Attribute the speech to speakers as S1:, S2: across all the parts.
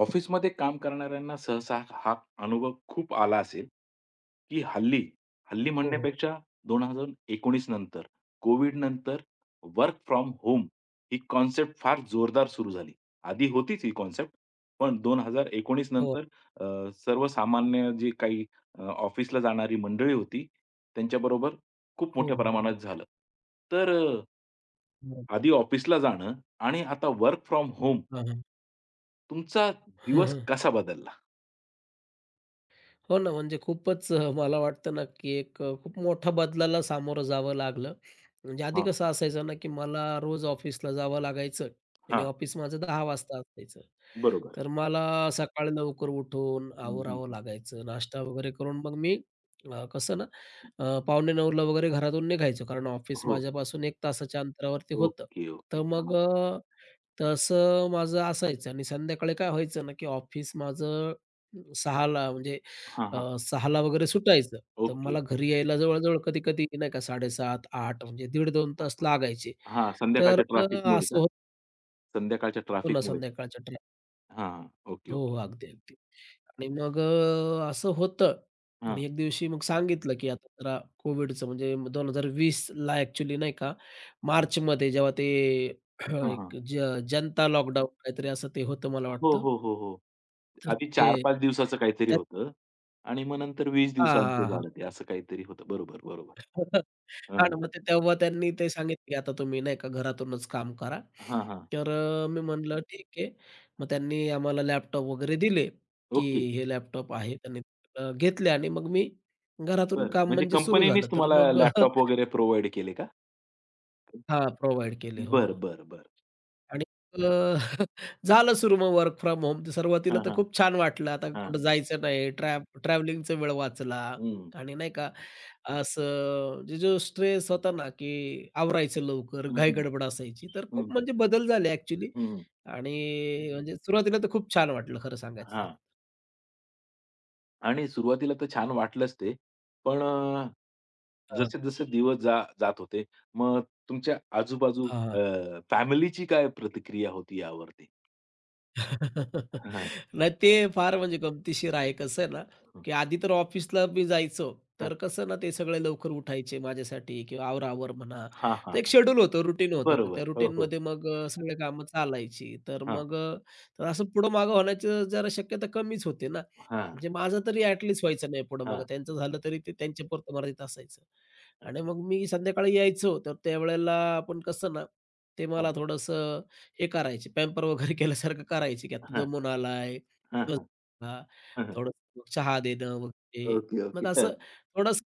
S1: ऑफिसमध्ये काम करणाऱ्यांना सहसा हा अनुभव खूप आला असेल, की हल्ली, हल्ली
S2: हो, हो.
S1: म्हणण्यापेक्षा 2019 नंतर, कोविड नंतर वर्क फ्रॉम होम ही कॉन्सेप्ट फार जोरदार सुरू झाली. आधी होतीच ही कॉन्सेप्ट, पण 2019
S2: हो,
S1: नंतर सर्वसामान्य जे काही ऑफिसला जाणारी मंडळी होती, त्यांच्याबरोबर खूप
S2: हो,
S1: मोठ्या
S2: हो.
S1: प्रमाणात झालं. तर
S2: हं.
S1: आधी ऑफिसला जाणं आणि आता वर्क फ्रॉम होम
S2: हां,
S1: तुमचा दिवस
S2: हां.
S1: कसा बदलला?
S2: हो ना, म्हणजे खूपच मला वाटतं ना, की एक खूप मोठ्या बदलाला सामोरं जावं लागलं. म्हणजे आधी कसं असायचं ना, की मला रोज ऑफिसला जावं लागायचं आणि
S1: हां,
S2: ऑफिस माझं 10 वाजता असायचं.
S1: बरोबर.
S2: तर मला सकाळी लवकर उठून
S1: हं, हं,
S2: आवरावं
S1: हं.
S2: लागायचं. नाश्ता वगैरे करून मग मी कसं ना 8:45 ला वगैरे घरातून निघायचो. कारण ऑफिस
S1: हो.
S2: माझ्यापासून 1 तासाच्या अंतरावरती होतं.
S1: Okay, okay.
S2: तर मग
S1: हां.
S2: तसं माझं असायचं आणि संध्याकाळी काय व्हायचं ना, की ऑफिस माझं 6 म्हणजे
S1: हां, हां.
S2: 6:00ला वगैरे सुटायचं. तर
S1: ओके.
S2: मला घरी यायला जवळ-जवळ कधी-कधी नाही का 7:30, 8:00 म्हणजे 1.5-2 तास लागायचे.
S1: हां,
S2: तर
S1: संध्याकाळच्या ट्रॅफिकमुळे
S2: असं
S1: का?
S2: होतं
S1: संध्याकाळच्या
S2: पुन्हा
S1: ट्रॅफिकमुळे.
S2: संध्याकाळच्या ट्रॅफिक.
S1: हां, हां. ओके,
S2: हो,
S1: ओके.
S2: हो. अगदी, अगदी. आणि मग असं होतं
S1: हां.
S2: आणि एक दिवशी मग सांगितलं, की आता जरा कोविडचं म्हणजे 2020ला ॲक्चुअली नाही का
S1: हं.
S2: मार्चमध्ये जेव्हा ते
S1: हां, हां.
S2: एक जनता लॉकडाऊन काहीतरी असं ते होतं मला
S1: हो,
S2: वाटतं.
S1: हो, हो, हो.
S2: तर
S1: आधी
S2: ते
S1: 4-5 दिवसाचं काहीतरी
S2: त्यात
S1: होतं आणि मग नंतर 20
S2: हां,
S1: दिवसांचं
S2: हां, हां.
S1: झालं ते असं काहीतरी होतं. बरोबर, बरोबर. हां,
S2: हां
S1: हां.
S2: ना, मग ते तेव्हा त्यांनी ते सांगितलं, की आता तुम्ही नाही का घरातूनच काम करा.
S1: हां, हां.
S2: तर मी म्हटलं ठीक आहे. मग त्यांनी आम्हाला लॅपटॉप वगैरे दिले, की
S1: ओके.
S2: हे लॅपटॉप आहे. त्यांनी घेतले आणि मग मी घरातून
S1: बरं.
S2: काम
S1: म्हणजे
S2: म्हणजे सुरू
S1: कंपनीनेच
S2: झालं. तर
S1: तुम्हाला
S2: मग
S1: लॅपटॉप वगैरे प्रोव्हाईड केले का?
S2: हां, प्रोव्हाईड केले. हो,
S1: बरं,
S2: हो.
S1: बरं, बरं.
S2: आणि अ, झालं सुरू मग वर्क फ्रॉम होम. तर
S1: हां,
S2: सुरुवातीला तर
S1: हां.
S2: खूप छान वाटलं. आता
S1: हां.
S2: कुठं जायचं नाही. ट्रॅव्हलिंगचा वेळ वाचला
S1: हं.
S2: आणि नाही का असं जो स्ट्रेस होता ना, की आवरायचं लवकर,
S1: हं, हं.
S2: घाई-गडबड असायची. तर
S1: हं.
S2: खूप म्हणजे बदल झाले ॲक्चुअली
S1: हं, हं.
S2: आणि म्हणजे सुरुवातीला तर खूप छान वाटलं खरं सांगायचं झालं.
S1: हां. आणि सुरुवातीला तर छान वाटलंच ते. पण
S2: हां,
S1: जसे-जसे दिवस जात होते, मग तुमच्या आजूबाजू
S2: हां.
S1: फॅमिलीची काय प्रतिक्रिया होती यावरती? हां.
S2: नाही ते फार म्हणजे गमतीशीर आहे. कसं आहे ना,
S1: हं.
S2: की आधी तर ऑफिसला मी जायचो,
S1: हां,
S2: तर कसं ना ते सगळे लवकर उठायचे माझ्यासाठी किंवा आवराआवर म्हणा.
S1: हां, हां,
S2: तर एक
S1: हां.
S2: शेड्यूल होतं, रुटीन होतं. तर
S1: बरोबर.
S2: त्या
S1: हो, हो.
S2: रुटीनमध्ये मग सगळी कामं चालायची. तर
S1: हां,
S2: मग तर असं पुढं-मागं होण्याची जरा शक्यता कमीच होते ना.
S1: हां,
S2: म्हणजे माझं तरी ॲट व्हायचं नाही पुढं-मागं.
S1: हां.
S2: त्यांचं झालं तरी ते त्यांच्यापुरतं मर्यादित असायचं. आणि
S1: अच्छा.
S2: मग मी संध्याकाळी यायचो, तर त्यावेळेला आपण कसं ना, ते
S1: हां,
S2: मला थोडंसं हे करायचे, पॅम्पर वगैरे केल्यासारखं करायचे, की आता
S1: हां,
S2: दमून आलाय,
S1: हां,
S2: बस
S1: हां.
S2: हां,
S1: हं, हं.
S2: थोडंसं चहा देणं वगैरे.
S1: Okay, okay.
S2: मग
S1: हां,
S2: असं थोडंसं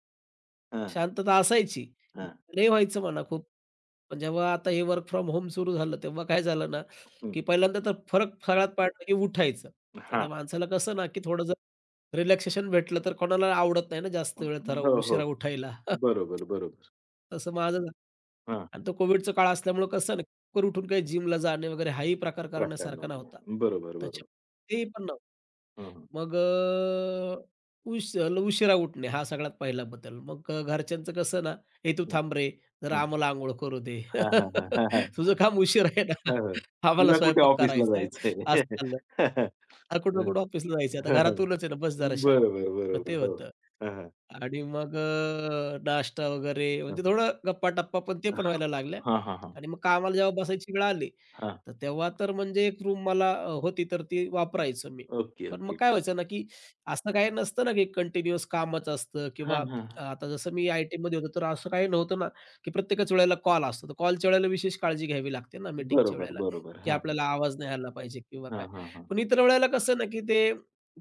S1: हां,
S2: शांतता असायची.
S1: हां.
S2: लय व्हायचं म्हणा खूप. पण जेव्हा आता हे वर्क फ्रॉम होम सुरू झालं, तेव्हा काय झालं ना,
S1: हं.
S2: की पहिल्यांदा तर फरक फळात पडला की उठायचं.
S1: हां.
S2: आता माणसाला कसं ना, की थोडं जर रिलॅक्सेशन भेटलं, तर कोणाला आवडत नाही ना जास्त वेळ थरा
S1: हो, हो.
S2: उशिरा उठायला.
S1: बरोबर, बरोबर.
S2: तसं माझं.
S1: हां.
S2: आणि तो कोविडचा काळ असल्यामुळं कसं ना, लवकर उठून काही जिमला जाणे वगैरे हाही प्रकार
S1: प्रकार
S2: करण्यासारखा
S1: नव्हता.
S2: नव्हता.
S1: बरोबर, बरोबर.
S2: त्याच्यामुळे तेही पण नव्हतं.
S1: हं, हं.
S2: मग उशिरा उठणे हा सगळ्यात पहिला बदल. मग घरच्यांचं कसं ना, "ए तू
S1: हं,
S2: थांब रे, जरा
S1: हं.
S2: आम्हाला अंघोळ करू दे.
S1: हां, हां, हां. हां,
S2: तुझं
S1: हां.
S2: काम उशीर आहे ना,
S1: हां, हां.
S2: आम्हाला
S1: तुला कुठे
S2: स्वयंपाक
S1: ऑफिसला
S2: करायचा आहे."
S1: जायचंय?
S2: असं चाललं. हां, कुठं ना
S1: हं.
S2: कुठं ऑफिसला जायचं आहे. आता
S1: हां,
S2: घरातूनच आहे ना, बस जरा शांत.
S1: बरोबर,
S2: मग
S1: बरोबर.
S2: ते
S1: हो.
S2: होतं.
S1: हां, हां.
S2: आणि मग नाश्ता वगैरे
S1: हां,
S2: म्हणजे
S1: हां.
S2: थोडं गप्पा-टप्पा पण ते पण व्हायला लागल्या.
S1: हां, हां, हां.
S2: आणि मग कामाला जेव्हा बसायची वेळ आली,
S1: हां.
S2: तर तेव्हा तर म्हणजे एक रूम मला होती तर ती वापरायचो मी.
S1: ओके,
S2: पण मग
S1: ओके.
S2: काय व्हायचं ना, की असं काही नसतं ना, की कंटिन्युअस कामच असतं
S1: हां,
S2: किंवा
S1: हां.
S2: आता जसं मी आय-टीमध्ये होतो, तर असं काही नव्हतं ना, की प्रत्येकच वेळेला कॉल असतो. तर कॉलच्या वेळेला विशेष काळजी घ्यावी लागते ना मीटिंगच्या
S1: बरोबर,
S2: वेळेला,
S1: बरोबर.
S2: की
S1: हां, हां.
S2: आपल्याला आवाज नाही आला पाहिजे किंवा
S1: हां, हां, हां.
S2: पण इतर वेळेला कसं ना, की ते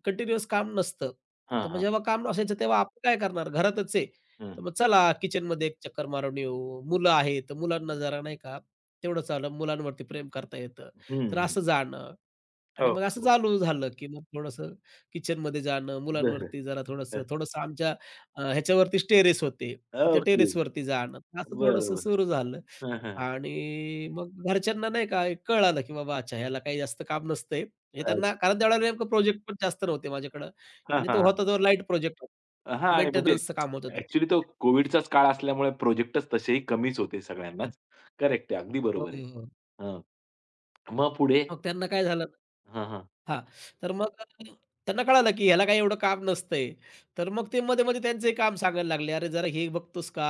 S2: कंटिन्युअस काम नसतं.
S1: हां,
S2: तर मग
S1: हां.
S2: जेव्हा काम नसायचं तेव्हा आपण काय करणार घरातच आहे.
S1: हं.
S2: तर मग चला किचनमध्ये एक चक्कर मारून येऊ. मुलं आहेत, तर मुलांना जरा नाही का तेवढंच आलं मुलांवरती प्रेम करता येतं. तर
S1: हं,
S2: असं जाणं आणि
S1: हो,
S2: मग असं
S1: हो.
S2: चालू झालं, की मग थोडंसं किचनमध्ये जाणं,
S1: बरं.
S2: मुलांवरती जरा थोडंसं
S1: हं.
S2: थोडंसं आमच्या ह्याच्यावरतीच टेरेस होते. तर त्या
S1: ओके.
S2: टेरेसवरती जाणं. असं थोडंसं
S1: बरोबर.
S2: सुरू झालं.
S1: हां, हां.
S2: आणि मग घरच्यांना नाही का एक कळालं, की बाबा अच्छा ह्याला काही जास्त काम नसतंय. हे
S1: अच्छा.
S2: त्यांना कारण त्यावेळेला नेमकं प्रोजेक्ट पण जास्त नव्हते माझ्याकडं
S1: हां,
S2: आणि
S1: हां,
S2: तो
S1: हां.
S2: होता तो लाईट प्रोजेक्ट
S1: आणि म्हणजे
S2: मेंटेनन्सचं काम होतं त्याचं.
S1: ॲक्चुअली तो कोव्हिडचाच काळ असल्यामुळे प्रोजेक्टच तसेही कमीच होते सगळ्यांनाच. करेक्ट आहे. अगदी
S2: हो,
S1: बरोबर आहे.
S2: हो, हो.
S1: हां. मग पुढे?
S2: मग त्यांना काय झालं
S1: हां, हां.
S2: हां. तर मग त्यांना कळालं, की ह्याला काही एवढं काम नसतंय. तर मग ते मध्ये-मध्ये त्यांचंही काम सांगायला लागले, "अरे जरा हे बघतोस का?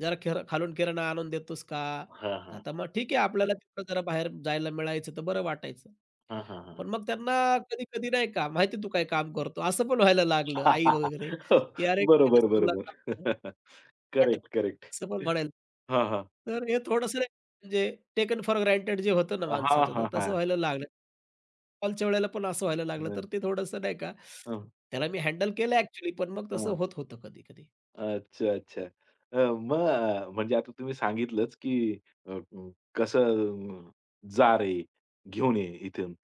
S2: जरा खेर खालून किराणा आणून देतोस का?"
S1: हां,
S2: तर
S1: हां,
S2: आता
S1: हां.
S2: मग ठीक आहे आपल्याला तिकडं जरा बाहेर जायला मिळायचं तर बरं वाटायचं.
S1: हां, हां, हां.
S2: पण मग त्यांना कधी-कधी नाही का, "माहिती तू काय काम करतो?" असं पण व्हायला लागलं आई वगैरे, की "अरे काय
S1: बरोबर,
S2: तसं तुला काम
S1: बरोबर.
S2: अटक"
S1: करेक्ट, करेक्ट.
S2: असं पण म्हणायला.
S1: हां, हां.
S2: तर हे थोडंसं म्हणजे टेकन फॉर ग्रांटेड जे होतं ना
S1: हां,
S2: माणसाचं, तर
S1: हां,
S2: तसं
S1: हां.
S2: व्हायला लागलं. कॉलच्या वेळेला पण असं व्हायला लागलं,
S1: हं,
S2: तर ते थोडंसं नाही का, त्याला मी हँडल केलं ॲक्चुअली, पण मग तसं होत होतं कधी-कधी.
S1: अच्छा, अच्छा. मग म्हणजे आता तुम्ही सांगितलंच, की अ, म, कसं अ, जा रे, घेऊन ये इथून.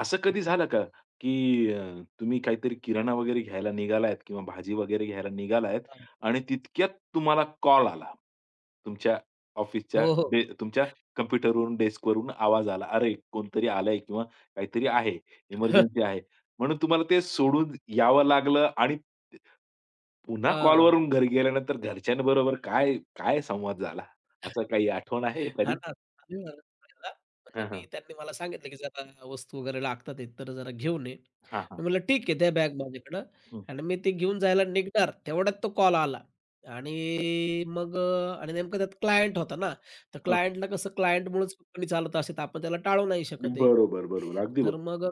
S1: असं कधी झालं का, की तुम्ही काहीतरी किराणा वगैरे घ्यायला निघालायत किंवा भाजी वगैरे घ्यायला निघालायत
S2: हां.
S1: आणि तितक्यात तुम्हाला कॉल आला. तुमच्या ऑफिसच्या
S2: हो, हो.
S1: डे तुमच्या कॉम्प्युटरवरून, डेस्कवरून आवाज आला. "अरे, कोणतरी आलंय किंवा काहीतरी आहे, इमर्जन्सी आहे." म्हणून तुम्हाला ते सोडून यावं लागलं आणि पुन्हा
S2: हां.
S1: कॉलवरून घरी गेल्यानंतर घरच्यांबरोबर काय, काय संवाद झाला? असं काही आठवण आहे
S2: हां
S1: एखादी?
S2: ना. आणि मला सांगितलं, म्हणजे
S1: हां,
S2: मी
S1: हां.
S2: त्यांनी मला सांगितलं, की "जरा वस्तू वगैरे लागतात एक तर जरा घेऊन ये."
S1: हां,
S2: मी
S1: हां.
S2: म्हटलं, "ठीक आहे, द्या बॅग माझ्याकडं."
S1: हं,
S2: आणि मी ती घेऊन जायला निघणार, तेवढ्यात तो कॉल आला आणि मग आणि नेमकं त्यात क्लायंट होता ना, तर
S1: हं.
S2: क्लायंटला कसं क्लायंटमुळेच कंपनी चालत असते, तर आपण त्याला टाळू नाही शकत आहे.
S1: बरोबर, बरोबर. अगदी
S2: तर
S1: बरोबर.
S2: मग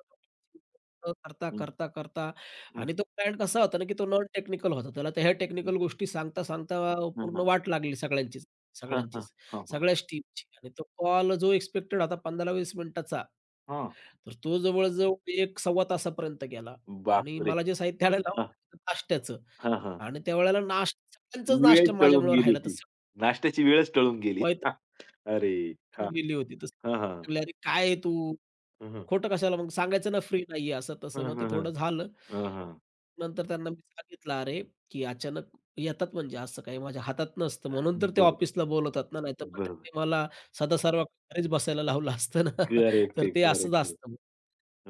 S2: करता,
S1: हं,
S2: करता, करता
S1: हं, हं.
S2: आणि तो क्लायंट कसा होता ना, की तो नॉन टेक्निकल होता. त्याला त्या ह्या टेक्निकल गोष्टी सांगता, सांगता
S1: हां,
S2: पूर्ण
S1: हां.
S2: वाट लागली सगळ्यांचीच,
S1: हां, हां.
S2: सगळ्यांचीच,
S1: हां, हां.
S2: सगळ्याच टीमची आणि तो कॉल जो एक्सपेक्टेड होता 15-20 मिनिटाचा
S1: हां.
S2: तर तो जवळ-जवळ 1 सव्वा तासापर्यंत गेला आणि
S1: बापरे!
S2: मला जे साहित्य आणायला लावलं
S1: हां,
S2: होतं नाश्त्याचं
S1: हां, हां.
S2: आणि त्यावेळेला नाश्ता सगळ्यांचाच
S1: वेळ
S2: नाश्ता
S1: टळून
S2: माझ्यामुळं
S1: गेली
S2: राहिला. तर
S1: होती.
S2: सगळी
S1: नाश्त्याची वेळच टळून गेली.
S2: वैतागून
S1: अरे! हां,
S2: गेली होती. तर
S1: हां, हां.
S2: म्हणले, "अरे काय आहे तू?
S1: हं, हं.
S2: खोटं कशाला मग सांगायचं ना फ्री नाहीये" असं
S1: हं,
S2: तसं. मग ते
S1: हं, हं.
S2: थोडं झालं.
S1: हं, हं.
S2: नंतर त्यांना मी सांगितलं, "अरे, की अचानक येतात म्हणजे असं काही माझ्या हातात नसतं
S1: अ,
S2: म्हणून तर ते
S1: बरोबर,
S2: ऑफिसला बोलवतात ना, नाहीतर मग
S1: बरोबर.
S2: त्यांनी मला सदासर्वा घरीच बसायला लावलं असतं ना."
S1: करेक्ट
S2: तर
S1: आहे,
S2: ते
S1: करेक्ट
S2: असंच
S1: आहे.
S2: असतं मग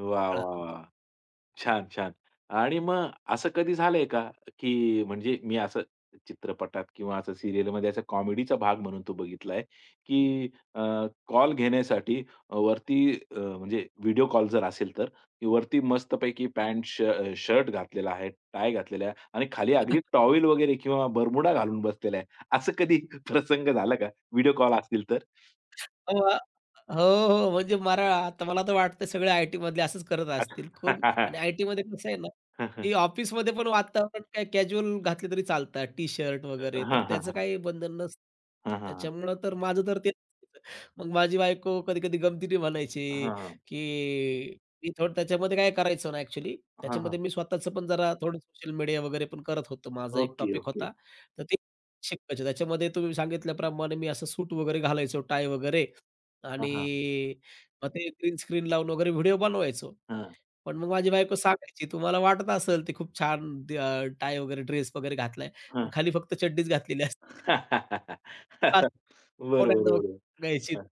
S1: वाह, वाह,
S2: कळालं मग.
S1: वाह! छान, छान. आणि मग असं कधी झालंय का, की म्हणजे मी असं चित्रपटात किंवा असं सीरियलमध्ये असा कॉमेडीचा भाग म्हणून तो बघितलाय, की कॉल घेण्यासाठी वरती म्हणजे व्हिडिओ कॉल जर असेल तर, की वरती मस्तपैकी पॅन्ट, शर्ट घातलेला आहे, टाय घातलेला आहे आणि खाली अगदी टॉवेल वगैरे किंवा बरमुडा घालून बसलेला आहे. असं कधी प्रसंग झाला का? व्हिडिओ कॉल असतील तर?
S2: हो, हो. हो. म्हणजे मला तर वाटतं सगळे आयटीमधले असंच करत असतील. कोण आणि आयटीमध्ये कसं आहे ना, की ऑफिसमध्ये पण वातावरण काय कॅज्युअल घातले तरी चालतात, टी-शर्ट वगैरे, तर
S1: हां,
S2: त्याचं
S1: हां.
S2: काही बंधन नसतं.
S1: हां, हां. हां, हां.
S2: त्याच्यामुळं तर माझं तर ते मग माझी बायको कधी-कधी गमतीने म्हणायची,
S1: हां, हां. हां,
S2: की मी थोडं त्याच्यामध्ये काय करायचो ना ॲक्चुअली, त्याच्यामध्ये मी स्वतःचं पण जरा थोडं सोशल मीडिया वगैरे पण करत होतो. माझा एक
S1: ओके,
S2: टॉपिक
S1: ओके.
S2: होता, तर ते शिकायचे. त्याच्यामध्ये तुम्ही सांगितल्याप्रमाणे मी असं सूट वगैरे घालायचो, टाय वगैरे
S1: हां,
S2: आणि
S1: हां, हां,
S2: मग ते ग्रीन स्क्रीन लावून वगैरे व्हिडिओ बनवायचो. पण मग माझी बायको सांगायची, "तुम्हाला वाटत असेल ते खूप छान टाय वगैरे ड्रेस वगैरे घातलाय, पण
S1: हां.
S2: खाली फक्त चड्डीच घातलेली असते." असं
S1: बरोबर,
S2: पोरांना वगैरे
S1: बरोबर.
S2: सांगायची.
S1: हां.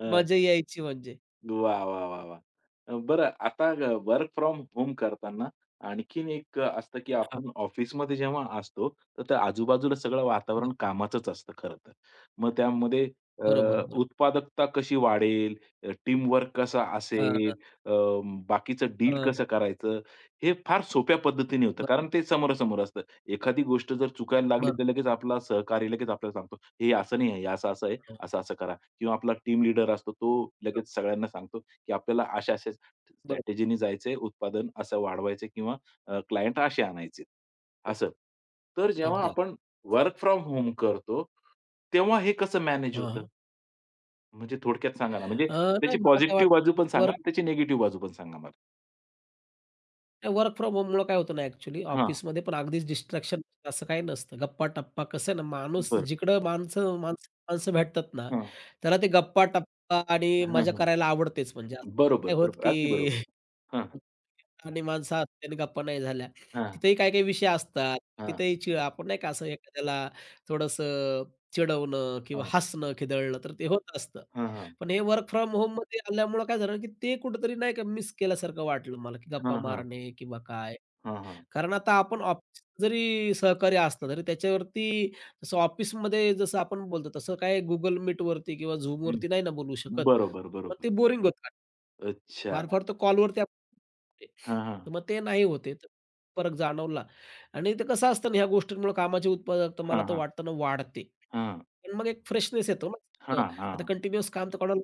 S1: हां.
S2: मजा यायची म्हणजे.
S1: वाह! वाह! वाह! वाह! बरं आता वर्क फ्रॉम होम करताना आणखीन एक असतं, की
S2: हां,
S1: आपण ऑफिसमध्ये जेव्हा असतो, तर त्या आजूबाजूला सगळं
S2: हं.
S1: वातावरण कामाचंच असतं खरं तर. मग त्यामध्ये
S2: बरोबर, बरोबर.
S1: उत्पादकता कशी वाढेल, टीम वर्क कसा
S2: हां,
S1: असेल,
S2: हां,
S1: अ, बाकीचं डील
S2: हां.
S1: कसं करायचं, हे फार सोप्या पद्धतीने होतं.
S2: बरं,
S1: कारण ते समोरासमोर असतं. एखादी गोष्ट जर चुकायला लागली,
S2: बरं.
S1: तर लगेच आपला सहकारी लगेच आपल्याला सांगतो, "हे असं नाही आहे, हे असं-असं आहे, असं-असं करा." किंवा आपला टीम लीडर असतो तो लगेच सगळ्यांना सांगतो, की आपल्याला अशा-अशा
S2: बरं,
S1: स्ट्रॅटेजीनी जायचंय, उत्पादन असं वाढवायचं किंवा क्लायंट असे आणायचे.
S2: बरं.
S1: असं. तर जेव्हा
S2: अगदी, अगदी.
S1: आपण वर्क फ्रॉम होम करतो, तेव्हा हे कसं मॅनेज
S2: हां,
S1: होतं?
S2: हां.
S1: म्हणजे थोडक्यात सांगा ना, म्हणजे
S2: अ, नाही
S1: त्याची
S2: मला काय
S1: पॉझिटिव्ह
S2: वाटतं
S1: बाजू पण सांगा आणि त्याची निगेटिव्ह बाजू पण सांगा मला.
S2: वर्क फ्रॉम होममुळं काय होतं ना ॲक्चुअली
S1: हां,
S2: ऑफिसमध्ये पण अगदीच डिस्ट्रॅक्शन असं काही नसतं. गप्पा-टप्पा कसं आहे ना, माणूस
S1: बरं.
S2: जिकडं माणसं माणसं माणसं भेटतात ना,
S1: हां.
S2: त्याला ते गप्पा-टप्पा आणि
S1: हां,
S2: मजा
S1: हां.
S2: करायला आवडतेच. म्हणजे असं
S1: बरोबर,
S2: नाही होत,
S1: बरोबर. अगदी
S2: की
S1: बरोबर. हां,
S2: आणि माणसं असते आणि गप्पा नाही झाल्या.
S1: हां, हां,
S2: तिथेही काही-काही विषय असतात.
S1: हां.
S2: तिथेही आपण नाही का असं एखाद्याला थोडंसं चिडवणं किंवा हसणं, खिदळणं तर ते होत असतं.
S1: हां, हां.
S2: पण हे वर्क फ्रॉम होममध्ये आल्यामुळं काय झालं, की ते कुठेतरी नाही का मिस केल्यासारखं वाटलं मला, की गप्पा
S1: हां, हां.
S2: मारणे किंवा काय.
S1: हां, हां.
S2: कारण आता आपण ऑफिस जरी सहकार्य असलं, तरी त्याच्यावरती जसं ऑफिसमध्ये जसं आपण बोलतो, तसं काय गुगल Meetवरती किंवा
S1: हं.
S2: Zoomवरती नाही ना बोलू शकत.
S1: बरोबर,
S2: मग
S1: बरोबर.
S2: ते बोरिंग होतं.
S1: अच्छा.
S2: फार-फार तर कॉलवरती आपण
S1: हां, हां.
S2: तर मग ते नाही होत आहे. तर फरक जाणवला आणि ते कसं असतं ना ह्या गोष्टींमुळे कामाची उत्पादकता मला
S1: हां,
S2: तर
S1: हां.
S2: वाटतं ना वाढते.
S1: हां.
S2: पण मग एक फ्रेशनेस येतो ना. अ,
S1: हां,
S2: आता
S1: हां.
S2: कंटिन्युअस काम तर कोणाला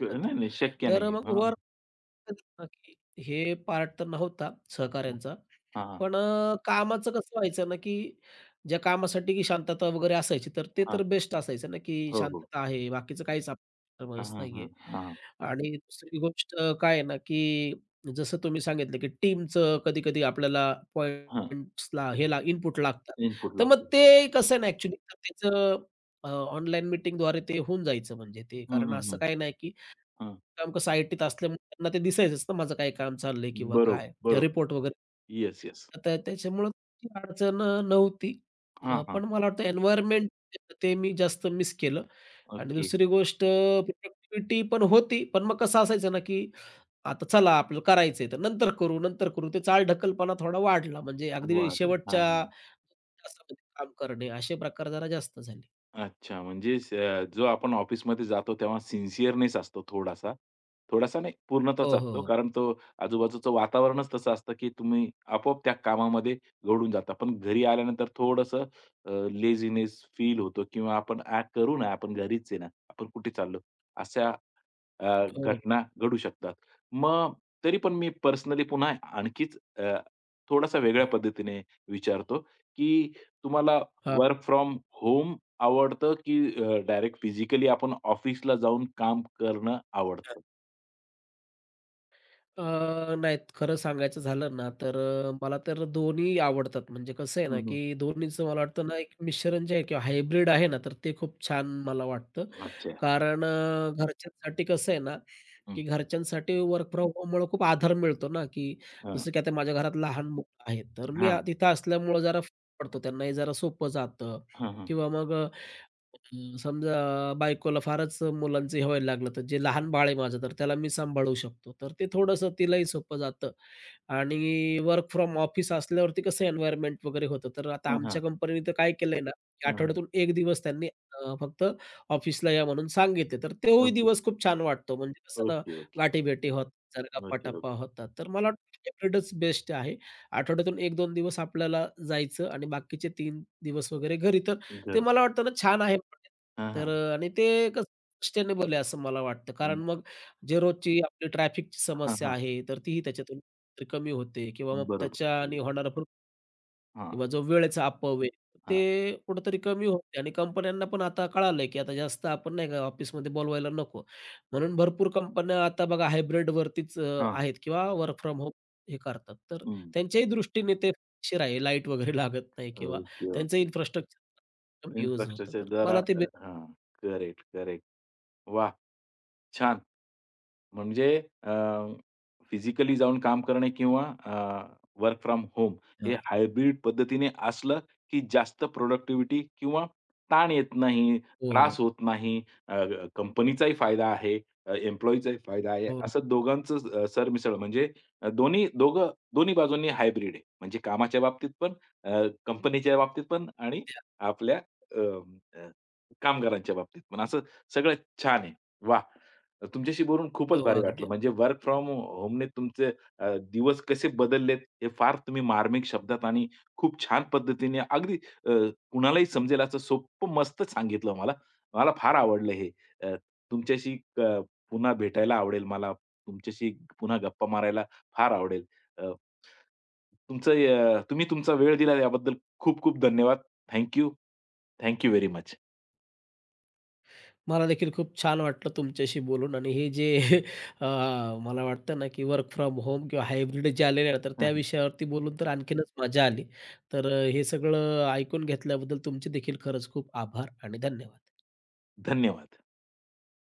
S1: नाही,
S2: आहे.
S1: नाही शक्य
S2: तर
S1: नाही.
S2: मग
S1: हां,
S2: गुरुवार की हे पार्ट तर नव्हता सहकाऱ्यांचा.
S1: हां, हां,
S2: पण कामाचं कसं व्हायचं ना, की ज्या कामासाठी की शांतता वगैरे असायची, तर ते
S1: हां.
S2: तर बेस्ट असायचं ना, की
S1: हो, हो.
S2: शांतता आहे. बाकीचं काहीच
S1: हां,
S2: परफॉर्मन्स
S1: हां, हां,
S2: नाहीये.
S1: हां,
S2: आणि दुसरी गोष्ट काय आहे ना, की जसं तुम्ही सांगितलं, की टीमचं कधी-कधी आपल्याला
S1: हां.
S2: पॉइंट्सला हे ला इनपुट लागतात.
S1: इनपुट
S2: तर मग
S1: लागतो.
S2: ते कसं आहे ना ॲक्चुअली तर त्याचं ऑनलाईन मीटिंगद्वारे ते होऊन जायचं म्हणजे ते.
S1: हं,
S2: कारण
S1: हं,
S2: असं
S1: हं.
S2: काही नाही, की
S1: हां.
S2: काम कसं आयटीत असल्यामुळे त्यांना ते दिसायचंच ना माझं काय काम चाललंय किंवा
S1: बरोबर,
S2: काय ते
S1: बरोबर.
S2: रिपोर्ट वगैरे.
S1: Yes, yes.
S2: तर त्याच्यामुळं ती अडचण नव्हती.
S1: हां, हां.
S2: पण मला वाटतं एन्व्हायर्नमेंट ते मी जास्त मिस केलं. आणि
S1: ओके.
S2: दुसरी गोष्ट प्रोडक्टिव्हिटी पण होती. पण मग कसं असायचं ना, की आता चला आपलं करायचंय, तर नंतर करू, नंतर करू. ते चालढकलपणा थोडा वाढला. म्हणजे अगदी
S1: वाढलं.
S2: शेवटच्या
S1: हां.
S2: तासामध्ये काम करणे, असे प्रकार जरा जास्त झाले.
S1: अच्छा, म्हणजे जो आपण ऑफिसमध्ये जातो तेव्हा सिन्सिअरनेस असतो थोडासा. थोडासा नाही, पूर्णतःच
S2: हो,
S1: असतो.
S2: हो,
S1: कारण तो आजूबाजूचं वातावरणच तसं असतं, की तुम्ही आपोआप त्या कामामध्ये गढून जाता. पण घरी आल्यानंतर थोडंसं लेझीनेस फील होतो किंवा आपण "करू ना, आपण घरीच आहे ना, आपण कुठे चाललो?" अशा
S2: हो.
S1: घटना घडू शकतात. मग तरी पण मी पर्सनली पुन्हा आणखीच थोडासा
S2: हो,
S1: वेगळ्या
S2: हो.
S1: पद्धतीने विचारतो, की तुम्हाला
S2: हां.
S1: वर्क फ्रॉम होम आवडतं की डायरेक्ट फिजिकली आपण ऑफिसला जाऊन काम करणं आवडतं?
S2: अ, नाही खरं सांगायचं झालं ना, तर मला तर दोन्ही आवडतात. म्हणजे कसं आहे
S1: हं,
S2: ना,
S1: हं.
S2: की दोन्हीचं मला वाटतं ना, एक मिश्रण जे आहे किंवा हायब्रिड आहे ना, तर ते खूप छान मला वाटतं.
S1: अच्छा.
S2: कारण घरच्यांसाठी कसं आहे ना,
S1: हं.
S2: की घरच्यांसाठी वर्क फ्रॉम होममुळे खूप आधार मिळतो ना, की
S1: हां.
S2: जसं की आता माझ्या घरात लहान मुलं आहेत, तर
S1: हां.
S2: तिथं असल्यामुळं जरा फरक पडतो. त्यांनाही जरा सोपं जातं
S1: हां, हां.
S2: किंवा मग समजा बायकोला फारच मुलांचं हे व्हायला लागलं, तर जे लहान बाळ आहे माझं, तर त्याला मी सांभाळू शकतो. तर ते थोडंसं तिलाही सोपं जातं आणि वर्क फ्रॉम ऑफिस असल्यावरती कसं एन्व्हायर्नमेंट वगैरे होतं. तर आता
S1: हां, हां.
S2: आमच्या कंपनीने तर काय केलंय ना, की
S1: हां,
S2: आठवड्यातून 1 दिवस त्यांनी फक्त ऑफिसला या म्हणून सांगितले. तर तोही
S1: ओके.
S2: दिवस खूप छान वाटतो. म्हणजे कसं ना,
S1: ओके, ओके.
S2: गाठी-भेटी होतात,
S1: ओके,
S2: गप्पा-टप्पा
S1: ओके.
S2: होतात. तर मला वाटतं हायब्रिडच बेस्ट आहे. आठवड्यातून 1-2 दिवस आपल्याला जायचं आणि बाकीचे 3 दिवस वगैरे घरी. तर ते
S1: घर
S2: मला वाटतं ना छान आहे.
S1: हां,
S2: तर
S1: हां.
S2: आणि ते कसं सस्टेनेबल आहे असं मला वाटतं.
S1: हं.
S2: कारण मग जे रोजची आपली ट्रॅफिकची
S1: हां,
S2: समस्या
S1: हां.
S2: आहे, तर तीही त्याच्यातून तरी कमी होते किंवा मग
S1: बरोबर,
S2: त्याच्याने
S1: बरोबर.
S2: होणारा
S1: हां,
S2: किंवा जो वेळेचा अपव्यय, ते
S1: हां.
S2: कुठेतरी कमी होते आणि कंपन्यांना पण आता कळालंय, की आता जास्त आपण नाही का ऑफिसमध्ये बोलवायला नको. म्हणून भरपूर कंपन्या आता बघा हायब्रिडवरतीच
S1: हां.
S2: आहेत किंवा वर्क फ्रॉम होम हे करतात. तर
S1: हं.
S2: त्यांच्याही दृष्टीने ते फायदेशीर आहे. लाईट वगैरे लागत नाही किंवा
S1: ओके,
S2: त्यांचं
S1: ओके.
S2: इन्फ्रास्ट्रक्चर कमी यूज होतं.
S1: इन्फ्रास्ट्रक्चर
S2: तर
S1: जरा
S2: मला ते.
S1: हां. Correct, correct. वाह! छान. म्हणजे अ, फिजिकली जाऊन काम करणे किंवा वर्क फ्रॉम होम हे
S2: हां.
S1: हायब्रिड पद्धतीने असलं, की जास्त प्रॉडक्टिव्हिटी किंवा ताण येत नाही,
S2: हो, हो.
S1: त्रास होत नाही. अ, कंपनीचाही फायदा आहे, अ, फायदा आहे.
S2: हो.
S1: असं दोघांचं सरमिसळ म्हणजे दोन्ही दोघं दोन्ही बाजूंनी हायब्रिड आहे. म्हणजे कामाच्या बाबतीत पण, कंपनीच्या बाबतीत पण आणि आपल्या अ, अ, कामगारांच्या बाबतीत पण. असं सगळं छान आहे. वाह! तुमच्याशी बोलून खूपच
S2: हो,
S1: भारी वाटलं.
S2: अगदी.
S1: म्हणजे वर्क फ्रॉम होमने तुमचे दिवस कसे बदललेत हे फार तुम्ही मार्मिक शब्दात आणि खूप छान पद्धतीने अगदी अ, कुणालाही समजेल असं सोपं मस्त सांगितलं मला. मला फार आवडलं हे. अ, तुमच्याशी पुन्हा भेटायला आवडेल मला. तुमच्याशी पुन्हा गप्पा मारायला फार आवडेल. अ, तुमचं तुम्ही तुमचा वेळ दिला याबद्दल खूप खूप धन्यवाद. Thank you. Very much.
S2: मला देखील खूप छान वाटलं तुमच्याशी बोलून आणि हे जे अ, मला वाटतं ना, की वर्क फ्रॉम होम किंवा हायब्रिड जे आलेले आहे, तर त्या विषयावरती बोलून तर आणखीनच मजा आली. तर हे सगळं ऐकून घेतल्याबद्दल तुमचे देखील खरंच खूप आभार आणि धन्यवाद.
S1: धन्यवाद.